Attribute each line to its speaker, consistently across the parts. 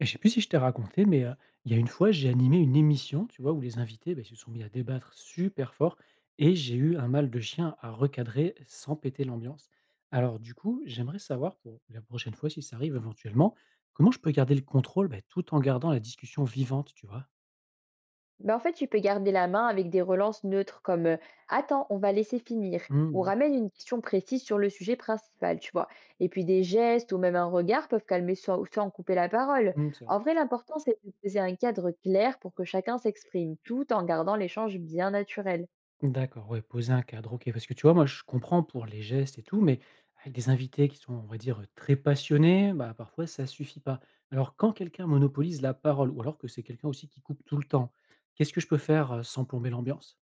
Speaker 1: Et je sais plus si je t'ai raconté, mais il y a une fois, j'ai animé une émission, tu vois, où les invités, bah, ils se sont mis à débattre super fort et j'ai eu un mal de chien à recadrer sans péter l'ambiance. Alors du coup, j'aimerais savoir pour la prochaine fois, si ça arrive éventuellement, comment je peux garder le contrôle, bah, tout en gardant la discussion vivante, tu vois?
Speaker 2: Ben, en fait, tu peux garder la main avec des relances neutres comme Attends, on va laisser finir »
Speaker 1: Mmh
Speaker 2: ou
Speaker 1: mh.
Speaker 2: ramène une question précise sur le sujet principal, tu vois. Et puis des gestes ou même un regard peuvent calmer sans en couper la parole.
Speaker 1: Mmh, c'est vrai.
Speaker 2: En vrai, l'important, c'est de poser un cadre clair pour que chacun s'exprime tout en gardant l'échange bien naturel.
Speaker 1: D'accord, ouais, poser un cadre, OK. Parce que tu vois, moi, je comprends pour les gestes et tout, mais avec des invités qui sont, on va dire, très passionnés, bah, parfois ça suffit pas. Alors quand quelqu'un monopolise la parole ou alors que c'est quelqu'un aussi qui coupe tout le temps, qu'est-ce que je peux faire, sans plomber l'ambiance?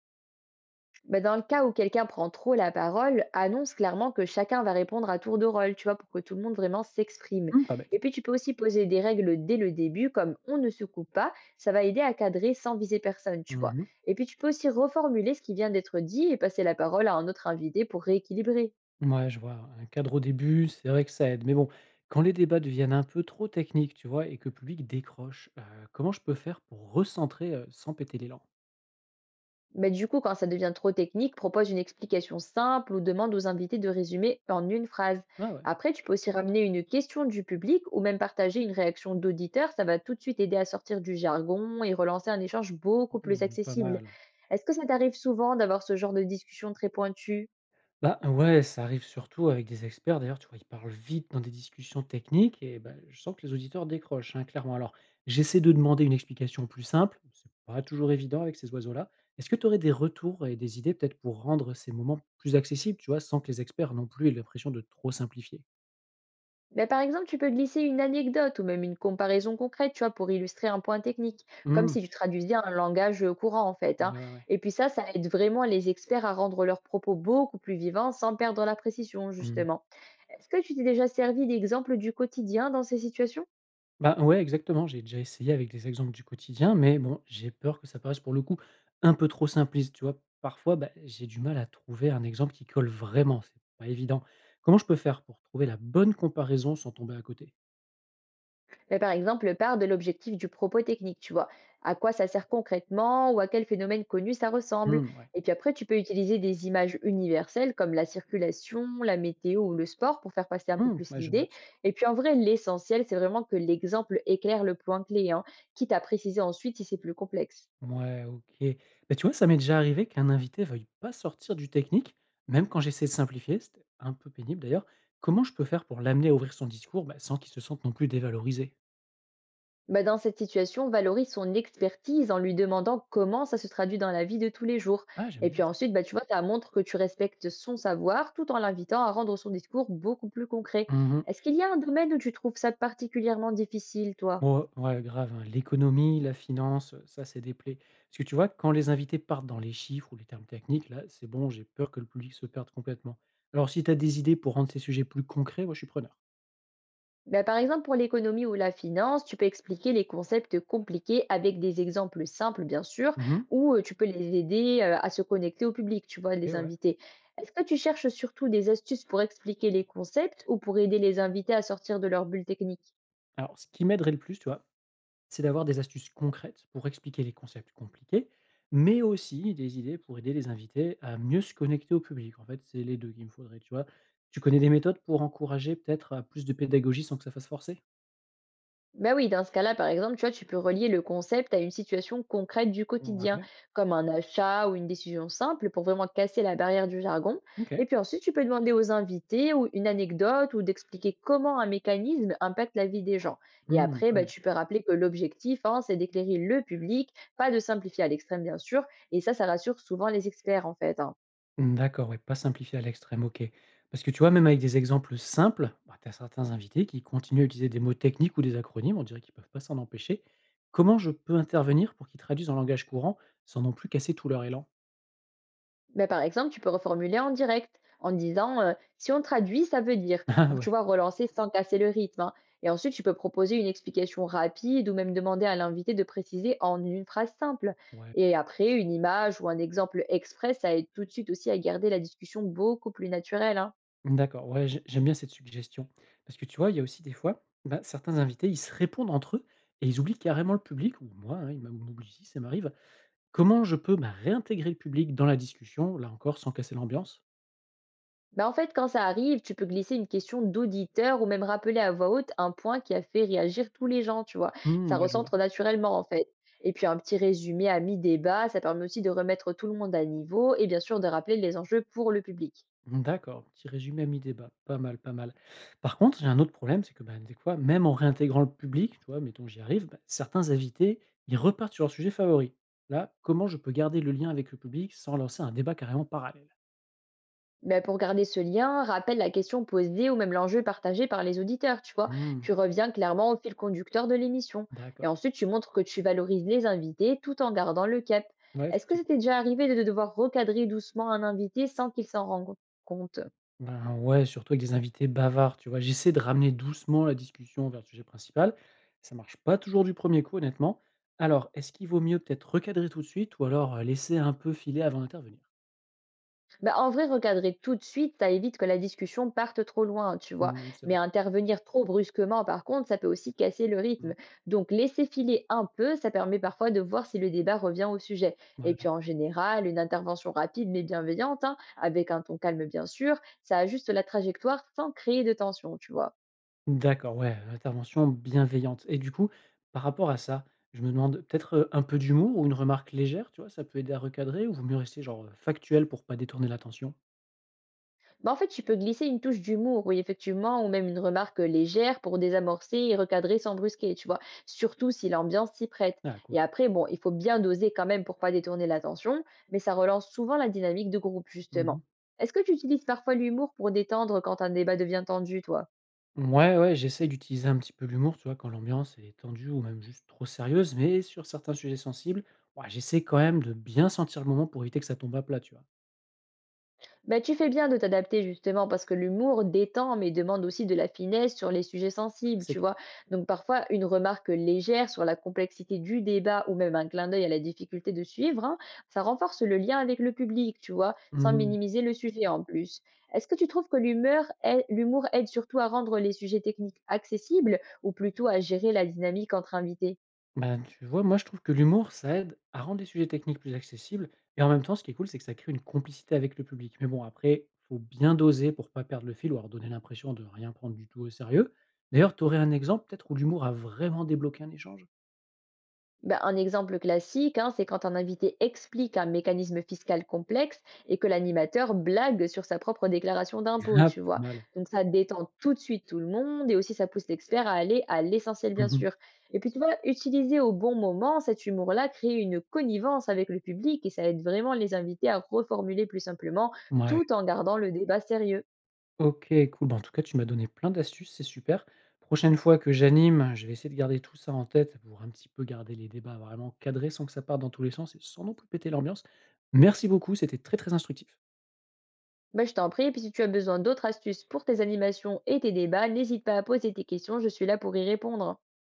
Speaker 2: Bah, dans le cas où quelqu'un prend trop la parole, annonce clairement que chacun va répondre à tour de rôle, tu vois, pour que tout le monde vraiment s'exprime.
Speaker 1: Mmh, pas bête.
Speaker 2: Et puis, tu peux aussi poser des règles dès le début, comme on ne se coupe pas, ça va aider à cadrer sans viser personne, tu
Speaker 1: Mmh
Speaker 2: vois.
Speaker 1: mh.
Speaker 2: Et puis, tu peux aussi reformuler ce qui vient d'être dit et passer la parole à un autre invité pour rééquilibrer.
Speaker 1: Ouais, je vois. Un cadre au début, c'est vrai que ça aide. Mais bon, quand les débats deviennent un peu trop techniques, tu vois, et que le public décroche, comment je peux faire pour recentrer, sans péter l'élan?
Speaker 2: Mais du coup, quand ça devient trop technique, propose une explication simple ou demande aux invités de résumer en une phrase.
Speaker 1: Ah ouais.
Speaker 2: Après, tu peux aussi ramener une question du public ou même partager une réaction d'auditeur. Ça va tout de suite aider à sortir du jargon et relancer un échange beaucoup plus
Speaker 1: Mmh, pas
Speaker 2: accessible.
Speaker 1: mal.
Speaker 2: Est-ce que ça t'arrive souvent d'avoir ce genre de discussion très pointue?
Speaker 1: Bah, ouais, ça arrive surtout avec des experts. D'ailleurs, tu vois, ils parlent vite dans des discussions techniques et bah, je sens que les auditeurs décrochent, hein, clairement. Alors, j'essaie de demander une explication plus simple. C'est pas toujours évident avec ces oiseaux-là. Est-ce que tu aurais des retours et des idées peut-être pour rendre ces moments plus accessibles, tu vois, sans que les experts non plus aient l'impression de trop simplifier?
Speaker 2: Ben, par exemple, tu peux glisser une anecdote ou même une comparaison concrète, tu vois, pour illustrer un point technique, comme
Speaker 1: Mmh.
Speaker 2: si tu traduisais un langage courant, en fait, hein.
Speaker 1: Ouais, ouais, ouais.
Speaker 2: Et puis ça aide vraiment les experts à rendre leurs propos beaucoup plus vivants sans perdre la précision,
Speaker 1: Mmh.
Speaker 2: justement. Est-ce que tu t'es déjà servi d'exemples du quotidien dans ces situations?
Speaker 1: Bah, ouais, exactement. J'ai déjà essayé avec des exemples du quotidien, mais bon, j'ai peur que ça paraisse pour le coup un peu trop simpliste, tu vois? Parfois, bah, j'ai du mal à trouver un exemple qui colle vraiment, c'est pas évident. Comment je peux faire pour trouver la bonne comparaison sans tomber à côté?
Speaker 2: Mais par exemple, part de l'objectif du propos technique, tu vois. À quoi ça sert concrètement ou à quel phénomène connu ça ressemble.
Speaker 1: Mmh, ouais.
Speaker 2: Et puis après, tu peux utiliser des images universelles comme la circulation, la météo ou le sport pour faire passer un peu
Speaker 1: Mmh,
Speaker 2: plus
Speaker 1: ouais, je
Speaker 2: l'idée.
Speaker 1: note.
Speaker 2: Et puis en vrai, l'essentiel, c'est vraiment que l'exemple éclaire le point clé, hein, quitte à préciser ensuite si c'est plus complexe.
Speaker 1: Ouais, OK. Bah, tu vois, ça m'est déjà arrivé qu'un invité veuille pas sortir du technique, même quand j'essaie de simplifier, c'était un peu pénible d'ailleurs. Comment je peux faire pour l'amener à ouvrir son discours, bah, sans qu'il se sente non plus dévalorisé?
Speaker 2: Bah, dans cette situation, valorise son expertise en lui demandant comment ça se traduit dans la vie de tous les jours.
Speaker 1: Ah, j'aime
Speaker 2: Et
Speaker 1: bien
Speaker 2: puis ensuite, bah, tu vois, tu montre que tu respectes son savoir tout en l'invitant à rendre son discours beaucoup plus concret.
Speaker 1: ça.
Speaker 2: Est-ce qu'il y a un domaine où tu trouves ça particulièrement difficile, toi?
Speaker 1: Moi ouais, grave, hein. L'économie, la finance, ça, c'est des plaies. Parce que tu vois, quand les invités partent dans les chiffres ou les termes techniques, là, c'est bon, j'ai peur que le public se perde complètement. Alors si tu as des idées pour rendre ces sujets plus concrets, moi, je suis preneur.
Speaker 2: Ben, par exemple, pour l'économie ou la finance, tu peux expliquer les concepts compliqués avec des exemples simples, bien sûr,
Speaker 1: Mmh mh.
Speaker 2: ou tu peux les aider à se connecter au public, tu vois,
Speaker 1: OK,
Speaker 2: les
Speaker 1: ouais.
Speaker 2: invités. Est-ce que tu cherches surtout des astuces pour expliquer les concepts ou pour aider les invités à sortir de leur bulle technique?
Speaker 1: Alors ce qui m'aiderait le plus, tu vois, c'est d'avoir des astuces concrètes pour expliquer les concepts compliqués, mais aussi des idées pour aider les invités à mieux se connecter au public. En fait, c'est les 2 qu'il me faudrait, tu vois? Tu connais des méthodes pour encourager peut-être à plus de pédagogie sans que ça fasse forcer?
Speaker 2: Bah oui, dans ce cas-là, par exemple, tu vois, tu peux relier le concept à une situation concrète du quotidien,
Speaker 1: Ouais,
Speaker 2: comme un achat ou une décision simple pour vraiment casser la barrière du jargon.
Speaker 1: OK.
Speaker 2: Et puis ensuite, tu peux demander aux invités ou une anecdote ou d'expliquer comment un mécanisme impacte la vie des gens. Et
Speaker 1: Mmh,
Speaker 2: après,
Speaker 1: pas
Speaker 2: bah,
Speaker 1: mal.
Speaker 2: tu peux rappeler que l'objectif, hein, c'est d'éclairer le public, pas de simplifier à l'extrême, bien sûr. Et ça rassure souvent les experts, en fait, hein.
Speaker 1: Mmh, d'accord, ouais, pas simplifié à l'extrême, OK. Parce que tu vois, même avec des exemples simples, bah, tu as certains invités qui continuent à utiliser des mots techniques ou des acronymes, on dirait qu'ils peuvent pas s'en empêcher. Comment je peux intervenir pour qu'ils traduisent en langage courant sans non plus casser tout leur élan?
Speaker 2: Beh, par exemple, tu peux reformuler en direct en disant si on traduit, ça veut dire
Speaker 1: Ah
Speaker 2: pour
Speaker 1: ouais,
Speaker 2: tu vois relancer sans casser le rythme, hein. Et ensuite, tu peux proposer une explication rapide ou même demander à l'invité de préciser en une phrase simple.
Speaker 1: ouais.
Speaker 2: Et après, une image ou un exemple exprès, ça aide tout de suite aussi à garder la discussion beaucoup plus naturelle, hein.
Speaker 1: Mmh, d'accord, ouais, j'aime bien cette suggestion. Parce que tu vois, il y a aussi des fois, bah, certains invités, ils se répondent entre eux et ils oublient carrément le public, ou moi, hein, ils m'oublient si ça m'arrive. Comment je peux bah, réintégrer le public dans la discussion, là encore, sans casser l'ambiance?
Speaker 2: Bah, en fait, quand ça arrive, tu peux glisser une question d'auditeur ou même rappeler à voix haute un point qui a fait réagir tous les gens, tu vois.
Speaker 1: Mmh,
Speaker 2: Ça
Speaker 1: ouais, je vois.
Speaker 2: recentre naturellement, en fait. Et puis un petit résumé à mi-débat, ça permet aussi de remettre tout le monde à niveau et bien sûr de rappeler les enjeux pour le public.
Speaker 1: D'accord, petit résumé à mi-débat, pas mal, pas mal. Par contre, j'ai un autre problème, c'est que, ben, des fois, même en réintégrant le public, tu vois, mettons, j'y arrive, bah, certains invités, ils repartent sur leur sujet favori. Là, comment je peux garder le lien avec le public sans lancer un débat carrément parallèle?
Speaker 2: Bah, pour garder ce lien, rappelle la question posée ou même l'enjeu partagé par les auditeurs, tu vois.
Speaker 1: Hmm,
Speaker 2: Tu reviens clairement au fil conducteur de l'émission. Et
Speaker 1: d'accord.
Speaker 2: ensuite, tu montres que tu valorises les invités tout en gardant le cap.
Speaker 1: Ouais,
Speaker 2: Est-ce que
Speaker 1: effectivement.
Speaker 2: c'était déjà arrivé de devoir recadrer doucement un invité sans qu'il s'en rende compte?
Speaker 1: Ben ouais, surtout avec des invités bavards, tu vois. J'essaie de ramener doucement la discussion vers le sujet principal. Ça marche pas toujours du premier coup, honnêtement. Alors, est-ce qu'il vaut mieux peut-être recadrer tout de suite ou alors laisser un peu filer avant d'intervenir?
Speaker 2: Bah, en vrai, recadrer tout de suite, ça évite que la discussion parte trop loin, tu vois.
Speaker 1: Hmm, c'est
Speaker 2: Mais
Speaker 1: vrai.
Speaker 2: intervenir trop brusquement, par contre, ça peut aussi casser le
Speaker 1: Hmm,
Speaker 2: rythme. Donc, laisser filer un peu, ça permet parfois de voir si le débat revient au sujet. Et puis,
Speaker 1: ouais.
Speaker 2: en général, une intervention rapide mais bienveillante, hein, avec un ton calme bien sûr, ça ajuste la trajectoire sans créer de tension, tu vois.
Speaker 1: D'accord, ouais, intervention bienveillante et du coup, par rapport à ça, je me demande peut-être, un peu d'humour ou une remarque légère, tu vois? Ça peut aider à recadrer ou vaut mieux rester genre, factuel pour pas détourner l'attention?
Speaker 2: Bah, en fait, tu peux glisser une touche d'humour, oui, effectivement, ou même une remarque légère pour désamorcer et recadrer sans brusquer, tu vois. Surtout si l'ambiance s'y prête.
Speaker 1: Ah cool.
Speaker 2: Et après, bon, il faut bien doser quand même pour pas détourner l'attention, mais ça relance souvent la dynamique de groupe,
Speaker 1: Mmh
Speaker 2: justement.
Speaker 1: mh.
Speaker 2: Est-ce que tu utilises parfois l'humour pour détendre quand un débat devient tendu, toi?
Speaker 1: Ouais, j'essaye d'utiliser un petit peu l'humour, tu vois? Quand l'ambiance est tendue ou même juste trop sérieuse, mais sur certains sujets sensibles, ouah, j'essaie quand même de bien sentir le moment pour éviter que ça tombe à plat, tu vois?
Speaker 2: Bah, tu fais bien de t'adapter justement parce que l'humour détend mais demande aussi de la finesse sur les sujets sensibles,
Speaker 1: C'est
Speaker 2: tu
Speaker 1: cl.
Speaker 2: vois. Donc parfois une remarque légère sur la complexité du débat ou même un clin d'œil à la difficulté de suivre, hein, ça renforce le lien avec le public, tu vois, sans
Speaker 1: Mmh.
Speaker 2: minimiser le sujet en plus. Est-ce que tu trouves que l'humour aide surtout à rendre les sujets techniques accessibles ou plutôt à gérer la dynamique entre invités?
Speaker 1: Ben, tu vois, moi, je trouve que l'humour, ça aide à rendre les sujets techniques plus accessibles et en même temps, ce qui est cool, c'est que ça crée une complicité avec le public. Mais bon, après, faut bien doser pour pas perdre le fil ou leur donner l'impression de rien prendre du tout au sérieux. D'ailleurs, tu aurais un exemple peut-être où l'humour a vraiment débloqué un échange?
Speaker 2: Ben, un exemple classique, hein, c'est quand un invité explique un mécanisme fiscal complexe et que l'animateur blague sur sa propre déclaration d'impôt,
Speaker 1: Ah,
Speaker 2: tu
Speaker 1: pas
Speaker 2: vois.
Speaker 1: mal.
Speaker 2: Donc ça détend tout de suite tout le monde et aussi ça pousse l'expert à aller à l'essentiel, bien
Speaker 1: Mmh mh.
Speaker 2: sûr. Et puis tu vois, utiliser au bon moment cet humour-là crée une connivence avec le public et ça aide vraiment les invités à reformuler plus simplement tout en gardant le débat sérieux.
Speaker 1: OK, cool. Bah, en tout cas, tu m'as donné plein d'astuces, c'est super. Prochaine fois que j'anime, je vais essayer de garder tout ça en tête pour un petit peu garder les débats vraiment cadrés sans que ça parte dans tous les sens et sans non plus péter l'ambiance. Merci beaucoup, c'était très, très instructif.
Speaker 2: Ben, je t'en prie, et puis si tu as besoin d'autres astuces pour tes animations et tes débats, n'hésite pas à poser tes questions, je suis là pour y répondre.